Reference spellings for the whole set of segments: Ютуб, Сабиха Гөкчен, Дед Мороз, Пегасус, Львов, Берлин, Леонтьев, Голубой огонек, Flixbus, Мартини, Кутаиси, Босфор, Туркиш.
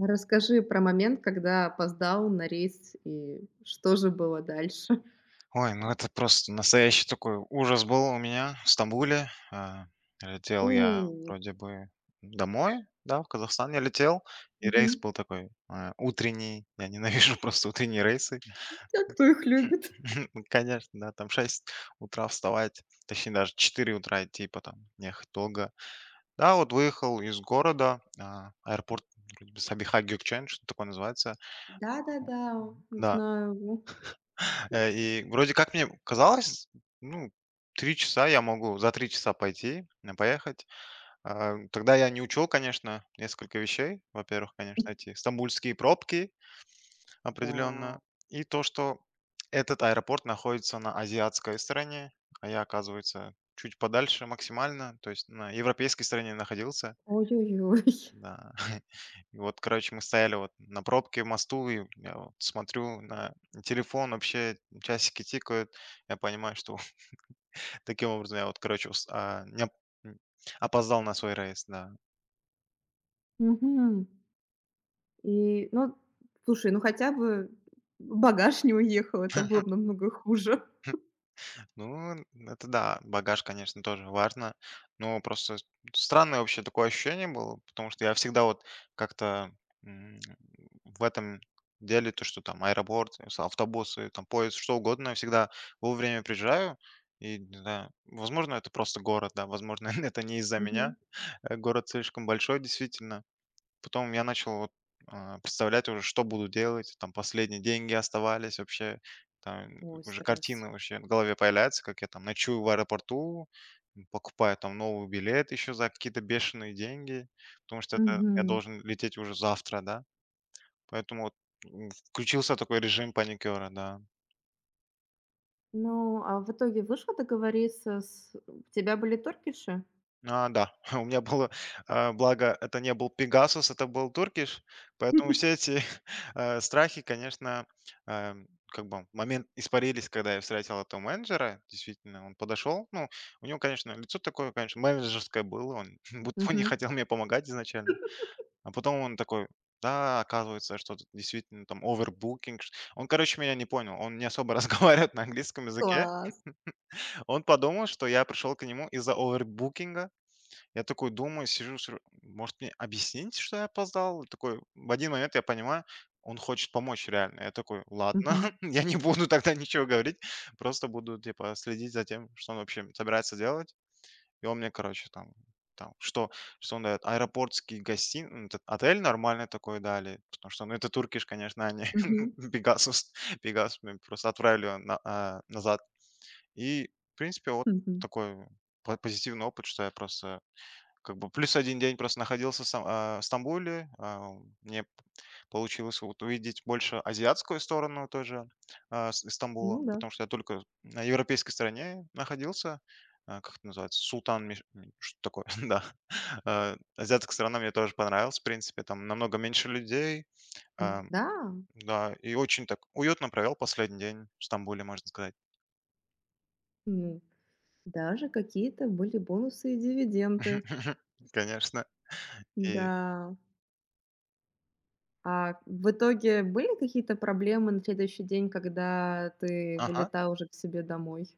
Расскажи про момент, когда опоздал на рейс, и что же было дальше? Ой, ну это просто настоящий такой ужас был у меня в Стамбуле. Летел я У, вроде бы домой, да, в Казахстан я летел, и мгм. рейс был такой утренний. Я ненавижу просто утренние рейсы. А кто их любит? Ну, конечно, да, там 6 утра вставать, точнее даже 4 утра идти потом, ехать долго. Да, вот выехал из города, аэропорт вроде бы Сабиха Гөкчен, что такое называется. Да-да-да, Да. знаю его. И вроде как мне казалось, ну, 3 часа я могу, за 3 часа пойти, поехать. Тогда я не учел, конечно, несколько вещей. Во-первых, конечно, эти стамбульские пробки Да. определенно. И то, что этот аэропорт находится на азиатской стороне, а я, оказывается, чуть подальше максимально, то есть на европейской стороне находился. Ой-ой-ой. Да. И вот, короче, мы стояли вот на пробке в мосту, и я вот смотрю на телефон, вообще часики тикают. Я понимаю, что таким образом я вот, короче, ус- а, не оп- м, опоздал на свой рейс, да. Мгм. И, ну, слушай, ну хотя бы багаж не уехал, это было бы намного хуже. Ну, это да, багаж, конечно, тоже важно. Но просто странное вообще такое ощущение было, потому что я всегда вот как-то м, в этом деле, то, что там аэропорт, автобусы, там поезд, что угодно, я всегда вовремя приезжаю. И, не знаю, возможно, это просто город, да, возможно, это не из-за Мгм. меня. Город слишком большой, действительно. Потом я начал вот, представлять уже, что буду делать. Там последние деньги оставались вообще. Там Ой, уже стресс. картины вообще в голове появляется, как я там ночую в аэропорту, покупаю там новый билет еще за какие-то бешеные деньги, потому что это я Мгм. должен лететь уже завтра, да. Поэтому вот, включился такой режим паникера, да. Ну, а в итоге вышло договориться с У тебя были торкиши? Да, у меня было, благо, это не был "Пегасус", это был "Туркиш", поэтому все эти, страхи, конечно, как бы момент испарились, когда я встретил этого менеджера. Действительно, он подошел. Ну, у него, конечно, лицо такое, конечно, менеджерское было, он будто бы не Мгм. хотел мне помогать изначально. А потом он такой: "Да, оказывается, что тут действительно там овербукинг". Ш Он, короче, меня не понял, он не особо разговаривает на английском языке. Класс. Он подумал, что я пришел к нему из-за овербукинга. Я такой думаю, сижу, сижу, может, мне объяснить, что я опоздал? Такой, в один момент я понимаю, он хочет помочь реально. Я такой, ладно, Мгм. я не буду тогда ничего говорить, просто буду, типа, следить за тем, что он вообще собирается делать. И он мне, короче, там, там что, что он дает, ну, этот отель нормальный такой дали, потому что, ну, это Туркиш, конечно, они, Мгм. Пегасус, Пегас, мы просто отправили его назад. И, в принципе, вот Мгм. такой позитивный опыт, что я просто как бы плюс один день просто находился в в Стамбуле. Мне п получилось вот увидеть больше азиатскую сторону тоже, а, С Стамбула, Ну да. потому что я только на европейской стороне находился. Как это называется? Султан меш что такое, да. Азиатская сторона мне тоже понравилась, в принципе. Там намного меньше людей. А, Да, да, и очень так уютно провел последний день в Стамбуле, можно сказать. ну, даже какие-то были бонусы и дивиденды. Конечно. И Да. А в итоге были какие-то проблемы на следующий день, когда ты ага. вылетал уже к себе домой?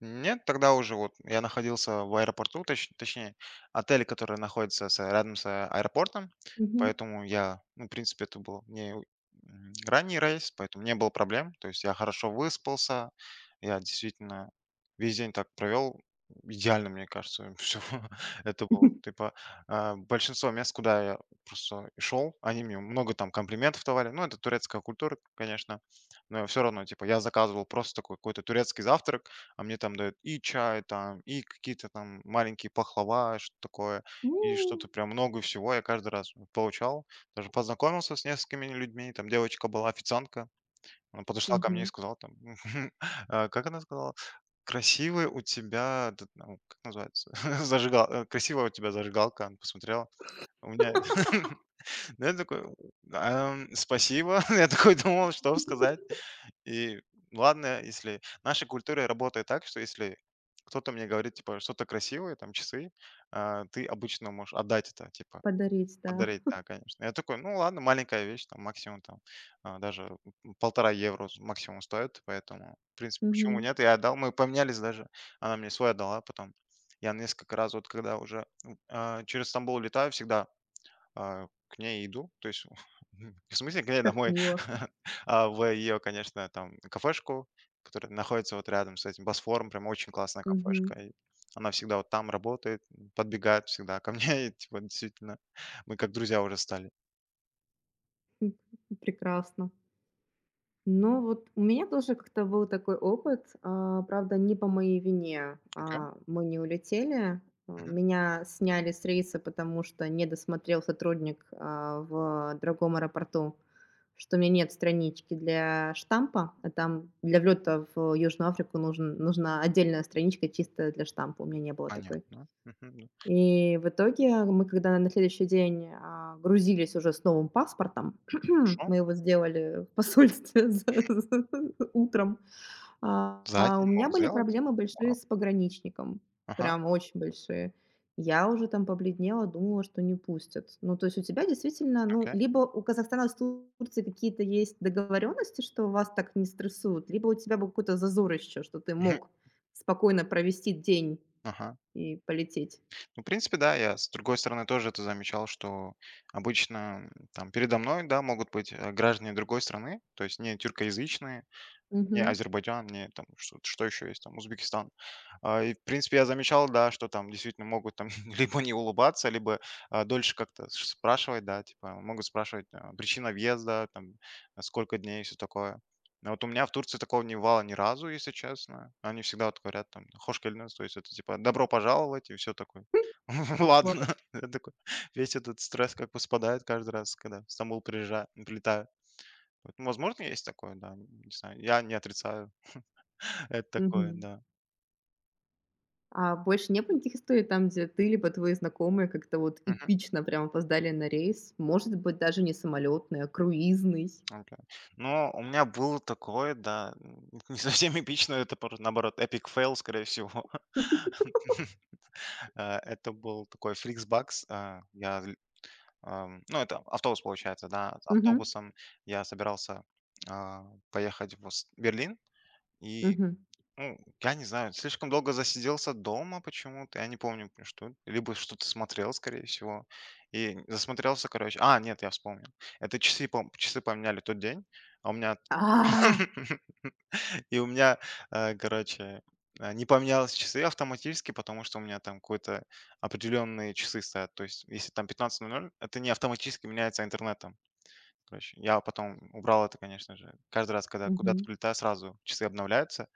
Нет, тогда уже вот я находился в аэропорту, точнее, отель, который находится рядом с аэропортом, Мгм. поэтому я, ну, в принципе, это был не у- м, ранний рейс, поэтому не было проблем, то есть я хорошо выспался, я действительно весь день так провел, идеально, мне кажется, все. Это было, типа, большинство мест, куда я просто шел, они мне много там комплиментов давали, ну, это турецкая культура, конечно, но все равно, типа, я заказывал просто такой какой-то турецкий завтрак, а мне там дают и чай там, и какие-то там маленькие пахлава, что-то такое, и М. что-то прям много всего я каждый раз получал. Даже познакомился с несколькими людьми, там девочка была официантка, она подошла ко мне и Мгм. сказала там, как она сказала? Красивый у тебя, этот, ну, как называется, красивая у тебя зажигалка, она посмотрела. У меня, ну я такой, спасибо, я такой думал, что сказать. И ладно, если наша культура работает так, что если кто-то мне говорит, типа, что-то красивое, там, часы, ты обычно можешь отдать это, типа, Подарить, да. подарить, да, конечно. Я такой, ну ладно, маленькая вещь, там, максимум, там, а, даже полтора евро максимум стоит, поэтому, в принципе, почему Мгм. нет, я отдал, мы поменялись даже, она мне свой отдала потом. Я несколько раз, вот когда уже через Стамбул летаю, всегда к ней иду, то есть в смысле к ней Как домой, мило. В ее, конечно, там кафешку, которая находится вот рядом с этим Босфором, прям очень классная Мгм. кафешка. И она всегда вот там работает, подбегает всегда ко мне, и типа действительно мы как друзья уже стали. Прекрасно. Ну вот у меня тоже как-то был такой опыт, правда, не по моей вине. Окей, Мы не улетели, мгм, меня сняли с рейса, потому что не досмотрел сотрудник в другом аэропорту, что у меня нет странички для штампа, а там для влета в Южную Африку нужен, нужна отдельная страничка чисто для штампа, у меня не было такой. понятно. Мгм, ну, И в итоге мы, когда на следующий день, грузились уже с новым паспортом, мы хорошо. его сделали в посольстве за утром, а, За а у день меня могут были сделать? проблемы большие Вау. с пограничником, Ага, прям очень большие. Я уже там побледнела, думала, что не пустят. Ну, то есть у тебя действительно, ну, окей. либо у Казахстана с Турцией какие-то есть договоренности, что вас так не стрессуют, либо у тебя был какой-то зазор еще, что ты мог спокойно провести день Ага. и полететь. Ну, в принципе, да, я с другой стороны тоже это замечал, что обычно там передо мной, да, могут быть граждане другой страны, то есть не тюркоязычные, не Мгм. Азербайджан, не там что что еще есть, там Узбекистан. И в принципе я замечал, да, что там действительно могут там либо не улыбаться, либо, дольше как-то ш спрашивать, да, типа могут спрашивать, причина въезда, там, сколько дней и все такое. Но вот у меня в Турции такого не бывало ни разу, если честно. Они всегда вот говорят там: "Хош келдиңиз", то есть это типа "добро пожаловать" и все такое. Вот, Ладно, я такой весь этот стресс как бы спадает каждый раз, когда в Стамбул приезжаю, прилетаю. Вот, ну, возможно, есть такое, да, не знаю, я не отрицаю. Это такое, мгм. да. А больше не было никаких историй там, где ты либо твои знакомые как-то вот Мгм. эпично прям опоздали на рейс? Может быть, даже не самолетный, а круизный? Окей. Ну, у меня был такое, да, не совсем эпично, это наоборот, epic fail, скорее всего. Это был такой Flixbus. Я, ну, это автобус, получается, да. С Мгм, автобусом я собирался а, поехать в Берлин, и мгм. ну, я не знаю, слишком долго засиделся дома почему-то. Я не помню, что. Либо что-то смотрел, скорее всего. И засмотрелся, короче. А, нет, я вспомнил. Это часы, часы поменяли тот день. А у меня... А! И у меня, короче, не поменялись часы автоматически, потому что у меня там какой-то определенные часы стоят. То есть, если там 15:00, это не автоматически меняется интернетом. Короче, я потом убрал это, конечно же. Каждый раз, когда куда-то Мгм. прилетаю, сразу часы обновляются.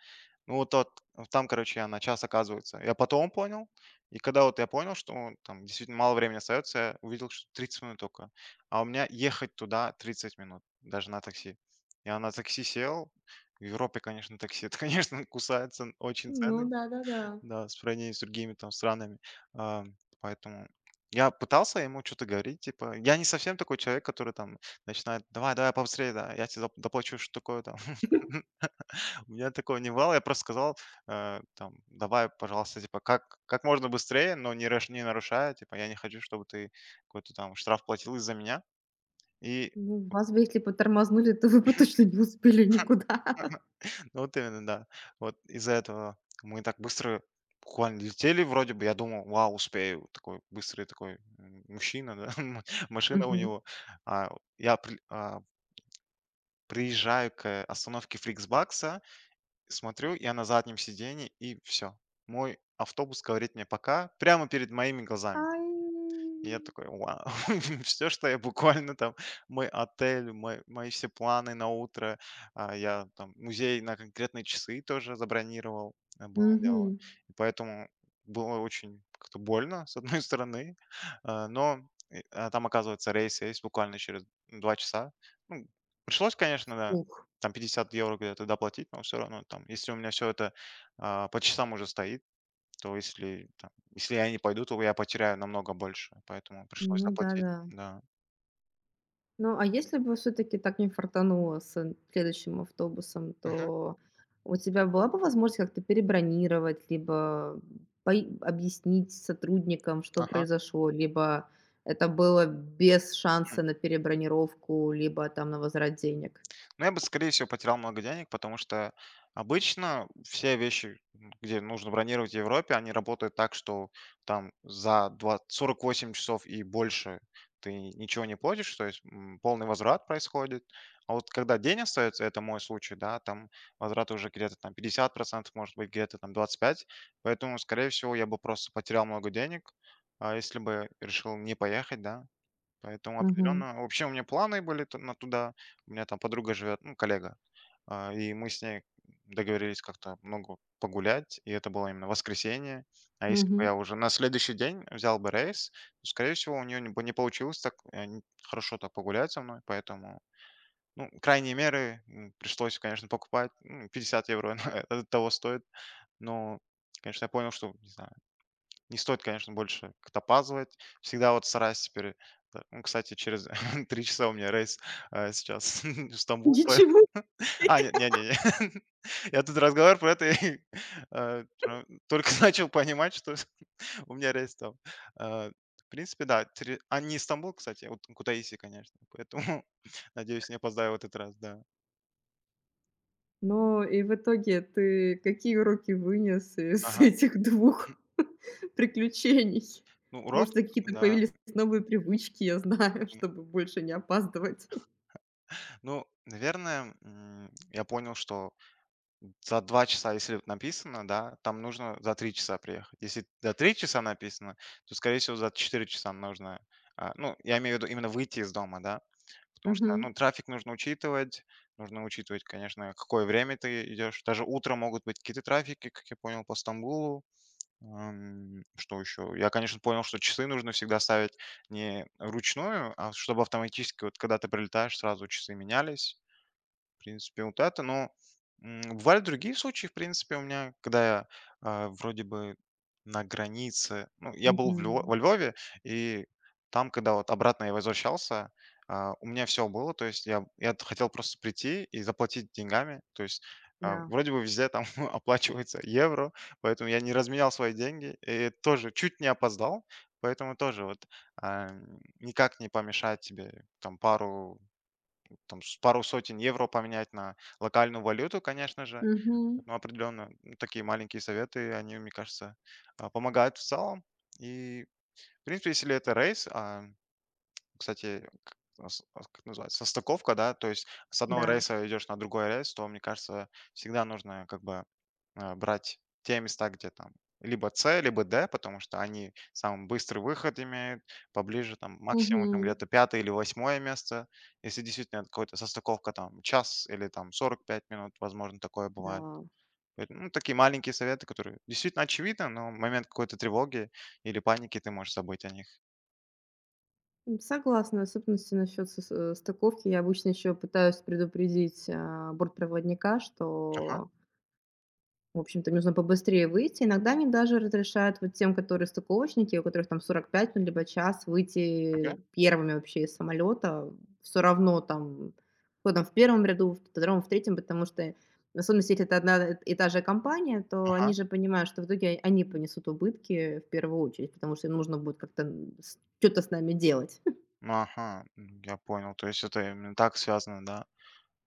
Ну, вот тот вот там, короче, она часто оказывается. Я потом понял. И когда вот я понял, что там действительно мало времени остается, я увидел, что 30 минут только. А у меня ехать туда 30 минут, даже на такси. Я на такси сел. В Европе, конечно, такси, это, конечно, кусается очень Ну цены, да-да-да. да, в сравнении с другими там странами. А, Поэтому я пытался ему что-то говорить, типа, я не совсем такой человек, который там начинает, давай, давай побыстрее, да, я тебе доплачу, что такое там. У меня такого не бывало. Я просто сказал, там, давай, пожалуйста, типа, как можно быстрее, но не нарушая, типа, я не хочу, чтобы ты какой-то там штраф платил из-за меня. И Ну, вас бы если бы тормознули, то вы бы точно не успели никуда. ну, вот именно, да. Вот из-за этого мы так быстро буквально летели вроде бы. Я думал, вау, успею. Такой быстрый такой мужчина, да, машина у Мгм. него. А, я приезжаю к остановке Фликсбакса. Смотрю, я на заднем сидении, и все. Мой автобус говорит мне "пока" прямо перед моими глазами. Ай! И я такой: "Вау". Все, что я буквально там, мой отель, мой мои все планы на утро, я там музей на конкретные часы тоже забронировал, было дело. Мгм. И поэтому было очень как-то больно, с одной стороны, а, но, а там, оказывается, рейс есть буквально через 2 часа. Ну, пришлось, конечно, да, Фух. там 50 евро где-то доплатить, но все равно там, если у меня все это, по часам уже стоит, то если там, если я не пойду, то я потеряю намного больше, поэтому пришлось Ну заплатить. да-да. Да. Ну, а если бы все таки так не фартануло с следующим автобусом, Мгм. то у тебя была бы возможность как-то перебронировать, либо пой объяснить сотрудникам, что Ага. произошло, либо это было без шанса на перебронировку, либо там на возврат денег? Но я бы, скорее всего, потерял много денег, потому что обычно все вещи, где нужно бронировать в Европе, они работают так, что там за 20 48 часов и больше ты ничего не платишь, то есть полный возврат происходит. А вот когда день остается, это мой случай, да, там возврат уже где-то там 50%, может быть, где-то там 25%, поэтому, скорее всего, я бы просто потерял много денег, а если бы решил не поехать, да. Поэтому Мгм, определенно. Вообще у меня планы были на туда. У меня там подруга живет, ну, коллега. И мы с ней договорились как-то много погулять, и это было именно воскресенье. А если бы мгм. я уже на следующий день взял бы рейс, то, скорее всего, у нее бы не получилось так хорошо так погулять со мной, поэтому, ну, крайние меры пришлось, конечно, покупать. Ну, 50 евро это того стоит, но конечно, я понял, что, не знаю, не стоит, конечно, больше катапазовать. Всегда вот стараюсь теперь т ну, кстати, через 3 часа у меня рейс, сейчас в Стамбул, пое Ничего. Нет, не. Я тут разговор про это и, про только начал понимать, что у меня рейс там. А, в принципе, да, тре не Стамбул, кстати, а вот Кутаиси, конечно. Поэтому, надеюсь, не опоздаю в этот раз, да. Но и в итоге ты какие уроки вынес из Ага. этих двух приключений? Ну, урок, Может, какие-то да. появились новые привычки, я знаю, М, чтобы больше не опаздывать. ну, наверное, я понял, что за 2 часа, если написано, да, там нужно за 3 часа приехать. Если за 3 часа написано, то, скорее всего, за 4 часа нужно, ну, я имею в виду именно выйти из дома, да. Потому что, Мгм. ну, трафик нужно учитывать, конечно, какое время ты идешь. Даже утром могут быть какие-то трафики, как я понял, по Стамбулу. Что еще? Я, конечно, понял, что часы нужно всегда ставить не ручную, а чтобы автоматически, вот когда ты прилетаешь, сразу часы менялись. В принципе, вот это, но, бывали другие случаи, в принципе, у меня, когда я, вроде бы на границе. Ну, я был в Льво Мгм. во Львове, и там, когда вот обратно я возвращался, у меня все было. То есть я хотел просто прийти и заплатить деньгами. То есть, Да. вроде бы везде там оплачивается евро, поэтому я не разменял свои деньги и тоже чуть не опоздал. Поэтому тоже вот, а, никак не помешает тебе там пару там с пару сотен евро поменять на локальную валюту, конечно же. Мгм. Но определенно такие маленькие советы, они, мне кажется, помогают в целом. И, в принципе, если это рейс, а, кстати, к а с а как называется, состыковка, да, то есть с одного Да. рейса идешь на другой рейс, то, мне кажется, всегда нужно как бы, брать те места, где там либо С, либо Д, потому что они самый быстрый выход имеют, поближе там максимум там Мгм. где-то пятое или восьмое место. Если действительно это какой-то состыковка там час или там 45 минут, возможно, такое бывает. Да. Поэтому, ну, такие маленькие советы, которые действительно очевидны, но в момент какой-то тревоги или паники ты можешь забыть о них. М, согласна, в особенности насчет стыковки. Я обычно еще пытаюсь предупредить, бортпроводника, Ага, что в общем-то, нужно побыстрее выйти. Иногда они даже разрешают вот тем, которые стыковочники, у которых там 45 минут либо час, окей, выйти первыми вообще из самолета. Все равно там, кто там в первом ряду, в 2, в третьем, потому что, в особенности, если это одна и та же компания, то они ага. же понимают, что в итоге они понесут убытки в первую очередь, потому что им нужно будет как-то, что то с нами делать. Ну, ага, я понял. То есть это именно так связано, да?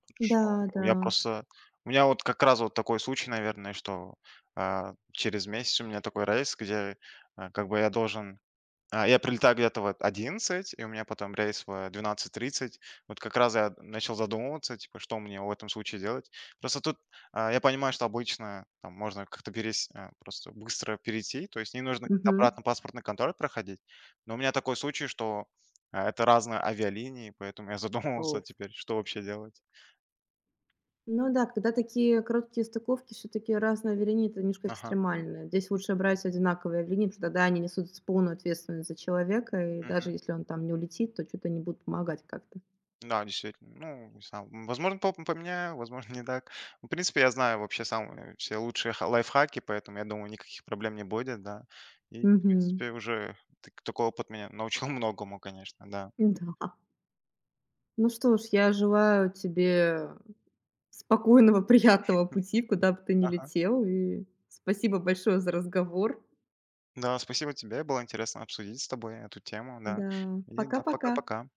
Хорошо. Да, да. Я просто у меня вот как раз вот такой случай, наверное, что, через месяц у меня такой рейс, где, а, как бы я должен я прилетаю где-то вот 11, и у меня потом рейс в 12:30. Вот как раз я начал задумываться, типа, что мне в этом случае делать. Просто тут, я понимаю, что обычно там можно как-то перес просто быстро перейти, то есть не нужно как-то Мгм. обратно паспортный контроль проходить. Но у меня такой случай, что, это разные авиалинии, поэтому я О. задумывался теперь, что вообще делать. Ну да, когда такие короткие стыковки, все-таки разные авиалинии — это немножко Ага. экстремально. Здесь лучше брать одинаковые авиалинии, потому что тогда они несут полную ответственность за человека, и даже если он там не улетит, то что то не будут помогать как-то. Да, действительно. Ну, не знаю, возможно, по поменяю, возможно, не так. В принципе, я знаю вообще самые все лучшие ха лайфхаки, поэтому, я думаю, никаких проблем не будет, да. И, в Мгм. принципе, уже так такой опыт меня научил многому, конечно, да. Да. Ну что ж, я желаю тебе спокойного, приятного пути, куда бы ты ни Ага. летел, и спасибо большое за разговор. Да, спасибо тебе, было интересно обсудить с тобой эту тему, да. Да, И да, пока-пока. пока-пока.